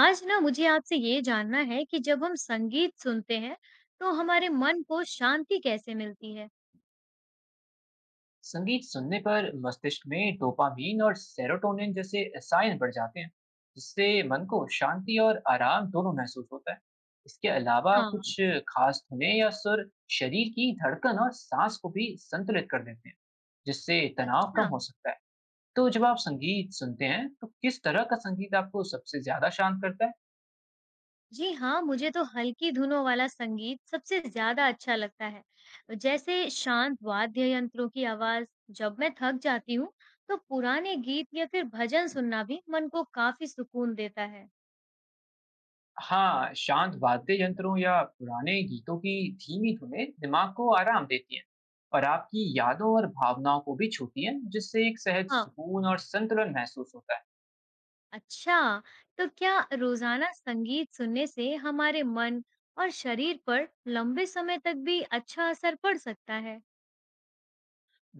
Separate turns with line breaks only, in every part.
आज ना मुझे आपसे ये जानना है कि जब हम संगीत सुनते हैं तो हमारे मन को शांति कैसे मिलती है?
संगीत सुनने पर मस्तिष्क में डोपामीन और सेरोटोनिन जैसे रसायन बढ़ जाते हैं, जिससे मन को शांति और आराम दोनों महसूस होता है। इसके अलावा
हाँ,
कुछ खास धुनें या सुर शरीर की धड़कन और सांस को भी संतुलित कर देते हैं, जिससे तनाव कम
अच्छा।
हो सकता है। तो जब आप संगीत सुनते हैं तो किस तरह का संगीत आपको सबसे ज्यादा शांत करता है?
जी हाँ, मुझे तो हल्की धुनों वाला संगीत सबसे ज्यादा अच्छा लगता है। जैसे शांत वाद्य यंत्रों की आवाज, जब मैं थक जाती हूँ तो पुराने गीत या फिर भजन सुनना भी मन को काफी सुकून देता है।
हाँ, शांत वाद्य यंत्रों या पुराने गीतों की धीमी धुनें दिमाग को आराम देती हैं और आपकी यादों और भावनाओं को भी छूती हैं, जिससे एक सहज
हाँ।
सुकून और संतुलन महसूस होता है।
अच्छा, तो क्या रोजाना संगीत सुनने से हमारे मन और शरीर पर लंबे समय तक भी अच्छा असर पड़ सकता है?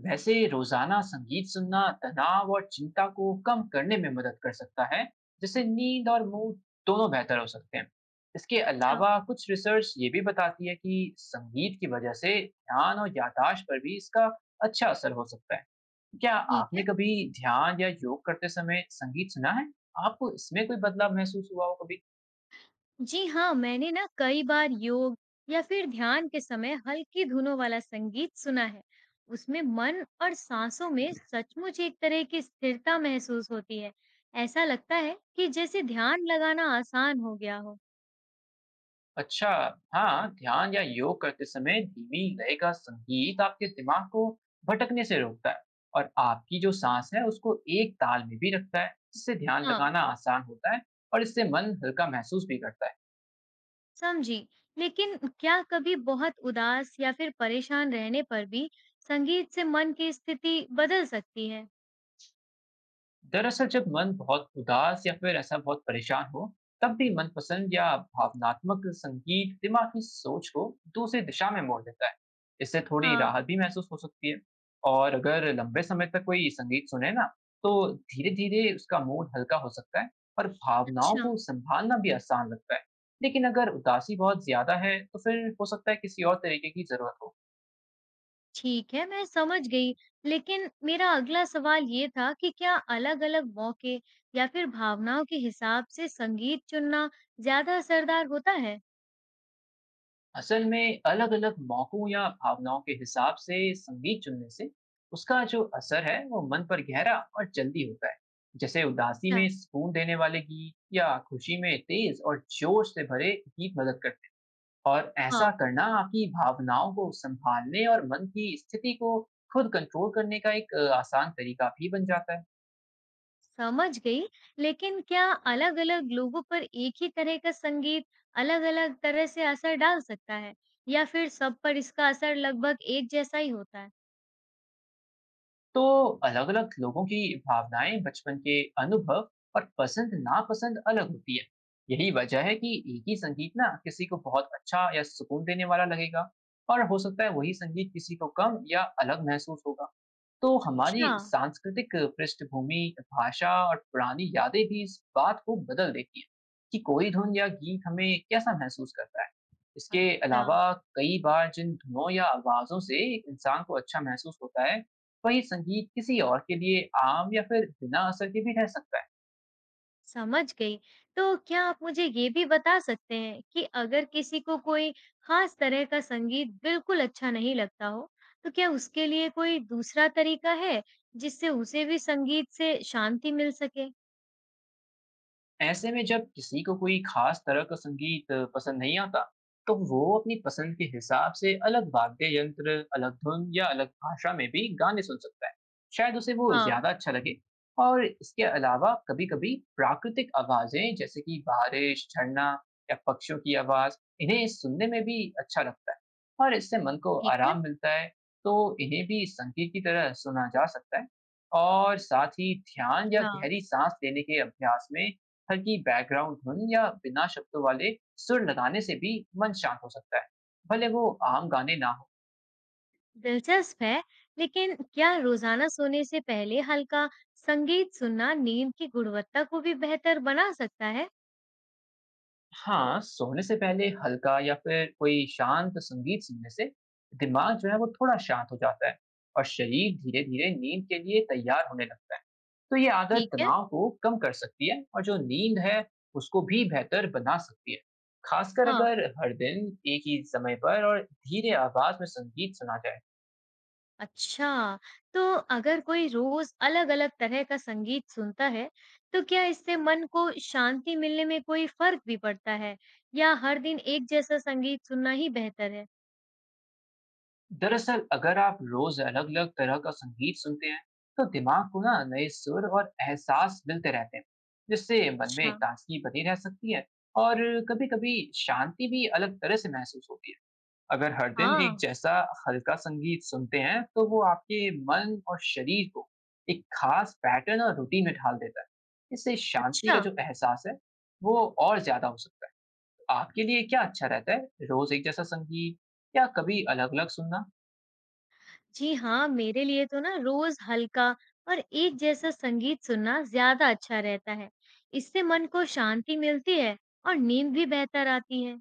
वैसे रोजाना संगीत सुनना तनाव और चिंता को कम करने में मदद कर सकता है, जिससे नींद और मूड दोनों बेहतर हो सकते हैं। इसके
अच्छा,
अलावा कुछ रिसर्च ये भी बताती है कि संगीत की वजह से ध्यान और याददाश्त पर भी इसका अच्छा असर हो सकता है। क्या
ठीक
आपने
है।
कभी ध्यान या योग करते समय संगीत सुना है? आपको इसमें कोई बदलाव महसूस हुआ हो कभी?
जी हाँ, मैंने ना कई बार योग या फिर ध्यान के समय हल्की धुनों वाला संगीत सुना है। उसमें मन और सांसों में सचमुच एक तरह की स्थिरता महसूस होती है। ऐसा लगता है कि जैसे ध्यान लगाना आसान हो गया हो।
अच्छा। हाँ, ध्यान या योग करते समय धीमी लय का संगीत आपके दिमाग को भटकने से रोकता है और आपकी जो सांस है उसको एक ताल में भी रखता है, जिससे ध्यान
हाँ,
लगाना आसान होता है और इससे मन हल्का महसूस भी करता है।
समझी। लेकिन क्या कभी बहुत उदास या फिर परेशान रहने पर भी संगीत से मन की स्थिति बदल सकती है?
दरअसल जब मन बहुत उदास या फिर ऐसा बहुत परेशान हो, तब भी मनपसंद या भावनात्मक संगीत दिमाग की सोच को दूसरी दिशा में मोड़ देता है। इससे थोड़ी
हाँ,
राहत भी महसूस हो सकती है। और अगर लंबे समय तक कोई संगीत सुने ना, तो धीरे धीरे उसका मूड हल्का हो सकता है और भावनाओं
अच्छा।
को संभालना भी आसान लगता है। लेकिन अगर उदासी बहुत ज्यादा है तो फिर हो सकता है किसी और तरीके की जरूरत हो।
ठीक है, मैं समझ गई। लेकिन मेरा अगला सवाल ये था कि क्या अलग-अलग मौके या फिर भावनाओं के हिसाब से संगीत चुनना ज़्यादा असरदार होता है?
असल में अलग अलग मौकों या भावनाओं के हिसाब से संगीत चुनने से उसका जो असर है वो मन पर गहरा और जल्दी होता है। जैसे उदासी में
अच्छा,
सुकून देने वाले गीत या खुशी में तेज और जोश से भरे गीत मदद करते हैं, और ऐसा
हाँ।
करना आपकी भावनाओं को संभालने और मन की स्थिति को खुद कंट्रोल करने का एक आसान तरीका भी बन जाता है।
समझ गई, लेकिन क्या अलग-अलग लोगों पर एक ही तरह का संगीत अलग-अलग तरह से असर डाल सकता है? या फिर सब पर इसका असर लगभग एक जैसा ही होता है?
तो अलग-अलग लोगों की भावनाएं, बचपन के अनुभव और पसंद-नापसंद अलग होती है। यही वजह है कि एक ही संगीत ना किसी को बहुत अच्छा या सुकून देने वाला लगेगा और हो सकता है वही संगीत किसी को कम या अलग महसूस होगा। तो
अच्छा,
हमारी सांस्कृतिक पृष्ठभूमि, भाषा और पुरानी यादें भी इस बात को बदल देती हैं कि कोई धुन या गीत हमें कैसा महसूस करता है। इसके
अच्छा,
अलावा कई बार जिन धुनों या आवाज़ों से एक इंसान को अच्छा महसूस होता है, वही संगीत किसी और के लिए आम या फिर बिना असर के भी रह सकता है।
समझ गई। तो क्या आप मुझे ये भी बता सकते हैं कि अगर किसी को कोई खास तरह का संगीत बिल्कुल अच्छा नहीं लगता हो, तो क्या उसके लिए कोई दूसरा तरीका है जिससे उसे भी संगीत से शांति मिल सके?
ऐसे में जब किसी को कोई खास तरह का संगीत पसंद नहीं आता, तो वो अपनी पसंद के हिसाब से अलग वाद्य यंत्र, अलग धुन या अलग भाषा में भी गाने सुन सकता है। शायद उसे वो
हाँ,
ज़्यादा अच्छा लगे। और इसके अलावा कभी-कभी प्राकृतिक आवाज़ें जैसे कि बारिश, झरना या पक्षियों की आवाज़, इन्हें सुनने में भी अच्छा लगता है और इससे मन को
ठीक है।
आराम मिलता है, तो इन्हें भी संगीत की तरह सुना जा सकता है। और साथ ही ध्यान या
हाँ।
गहरी साँस लेने के अभ्यास में हल्की बैकग्राउंड धुन या बिना शब्दों वाले सुर लगाने से भी मन शांत हो सकता है, भले वो आम गाने ना हो।
दिलचस्प है। लेकिन क्या रोजाना सोने से पहले हल्का संगीत सुनना नींद की गुणवत्ता को भी बेहतर बना सकता है?
हाँ, सोने से पहले हल्का या फिर कोई शांत संगीत सुनने से दिमाग जो है वो थोड़ा शांत हो जाता है और शरीर धीरे धीरे नींद के लिए तैयार होने लगता है। तो ये आदत
ठीक है।
तनाव को कम कर सकती है और जो नींद है उसको भी बेहतर बना सकती है, खासकर
हाँ।
अगर हर दिन एक ही समय पर और धीरे आवाज में संगीत सुना जाए।
अच्छा, तो अगर कोई रोज अलग-अलग तरह का संगीत सुनता है तो क्या इससे मन को शांति मिलने में कोई फर्क भी पड़ता है, या हर दिन एक जैसा संगीत सुनना ही बेहतर है?
दरअसल अगर आप रोज अलग अलग तरह का संगीत सुनते हैं तो दिमाग को ना नए सुर और एहसास मिलते रहते हैं, जिससे मन में
अच्छा।
ताजगी बनी रह सकती है। और कभी कभी शांति भी अलग तरह से महसूस होती है। अगर हर दिन एक
हाँ।
जैसा हल्का संगीत सुनते हैं तो वो आपके मन और शरीर को एक खास पैटर्न और रूटीन में ढाल देता है। इससे शांति
अच्छा।
का जो एहसास है वो और ज्यादा हो सकता है। आपके लिए क्या अच्छा रहता है, रोज एक जैसा संगीत या कभी अलग अलग सुनना?
जी हाँ, मेरे लिए तो ना रोज हल्का और एक जैसा संगीत सुनना ज्यादा अच्छा रहता है। इससे मन को शांति मिलती है और नींद भी बेहतर आती है।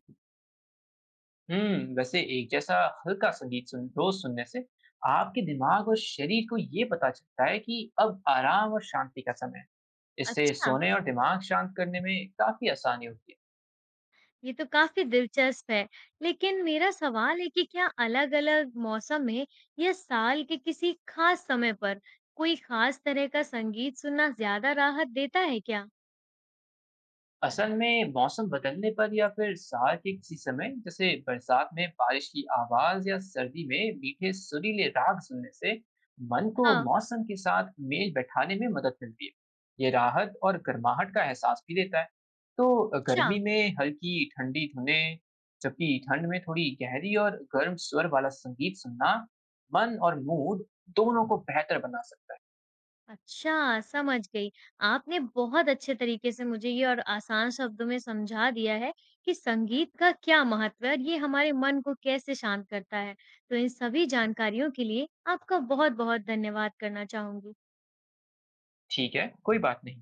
हम्म, वैसे एक जैसा हल्का संगीत सुन रोज सुनने से आपके दिमाग और शरीर को ये पता चलता है कि अब आराम और शांति का समय है। इससे
अच्छा,
सोने और दिमाग शांत करने में काफी आसानी होती है।
ये तो काफी दिलचस्प है। लेकिन मेरा सवाल है कि क्या अलग-अलग मौसम में या साल के किसी खास समय पर कोई खास तरह का संगीत सुनना ज्यादा राहत देता है क्या?
असल में मौसम बदलने पर या फिर साल के किसी समय जैसे बरसात में बारिश की आवाज या सर्दी में मीठे सुरीले राग सुनने से मन को
हाँ,
मौसम के साथ मेल बैठाने में मदद मिलती है, ये राहत और गर्माहट का एहसास भी देता है। तो
अच्छा।
गर्मी में हल्की ठंडी धुनें, जबकि ठंड में थोड़ी गहरी और गर्म स्वर वाला संगीत सुनना मन और मूड दोनों को बेहतर बना सकता है।
अच्छा, समझ गई। आपने बहुत अच्छे तरीके से मुझे ये और आसान शब्दों में समझा दिया है कि संगीत का क्या महत्व है और ये हमारे मन को कैसे शांत करता है। तो इन सभी जानकारियों के लिए आपका बहुत-बहुत धन्यवाद करना चाहूँगी।
ठीक है, कोई बात नहीं।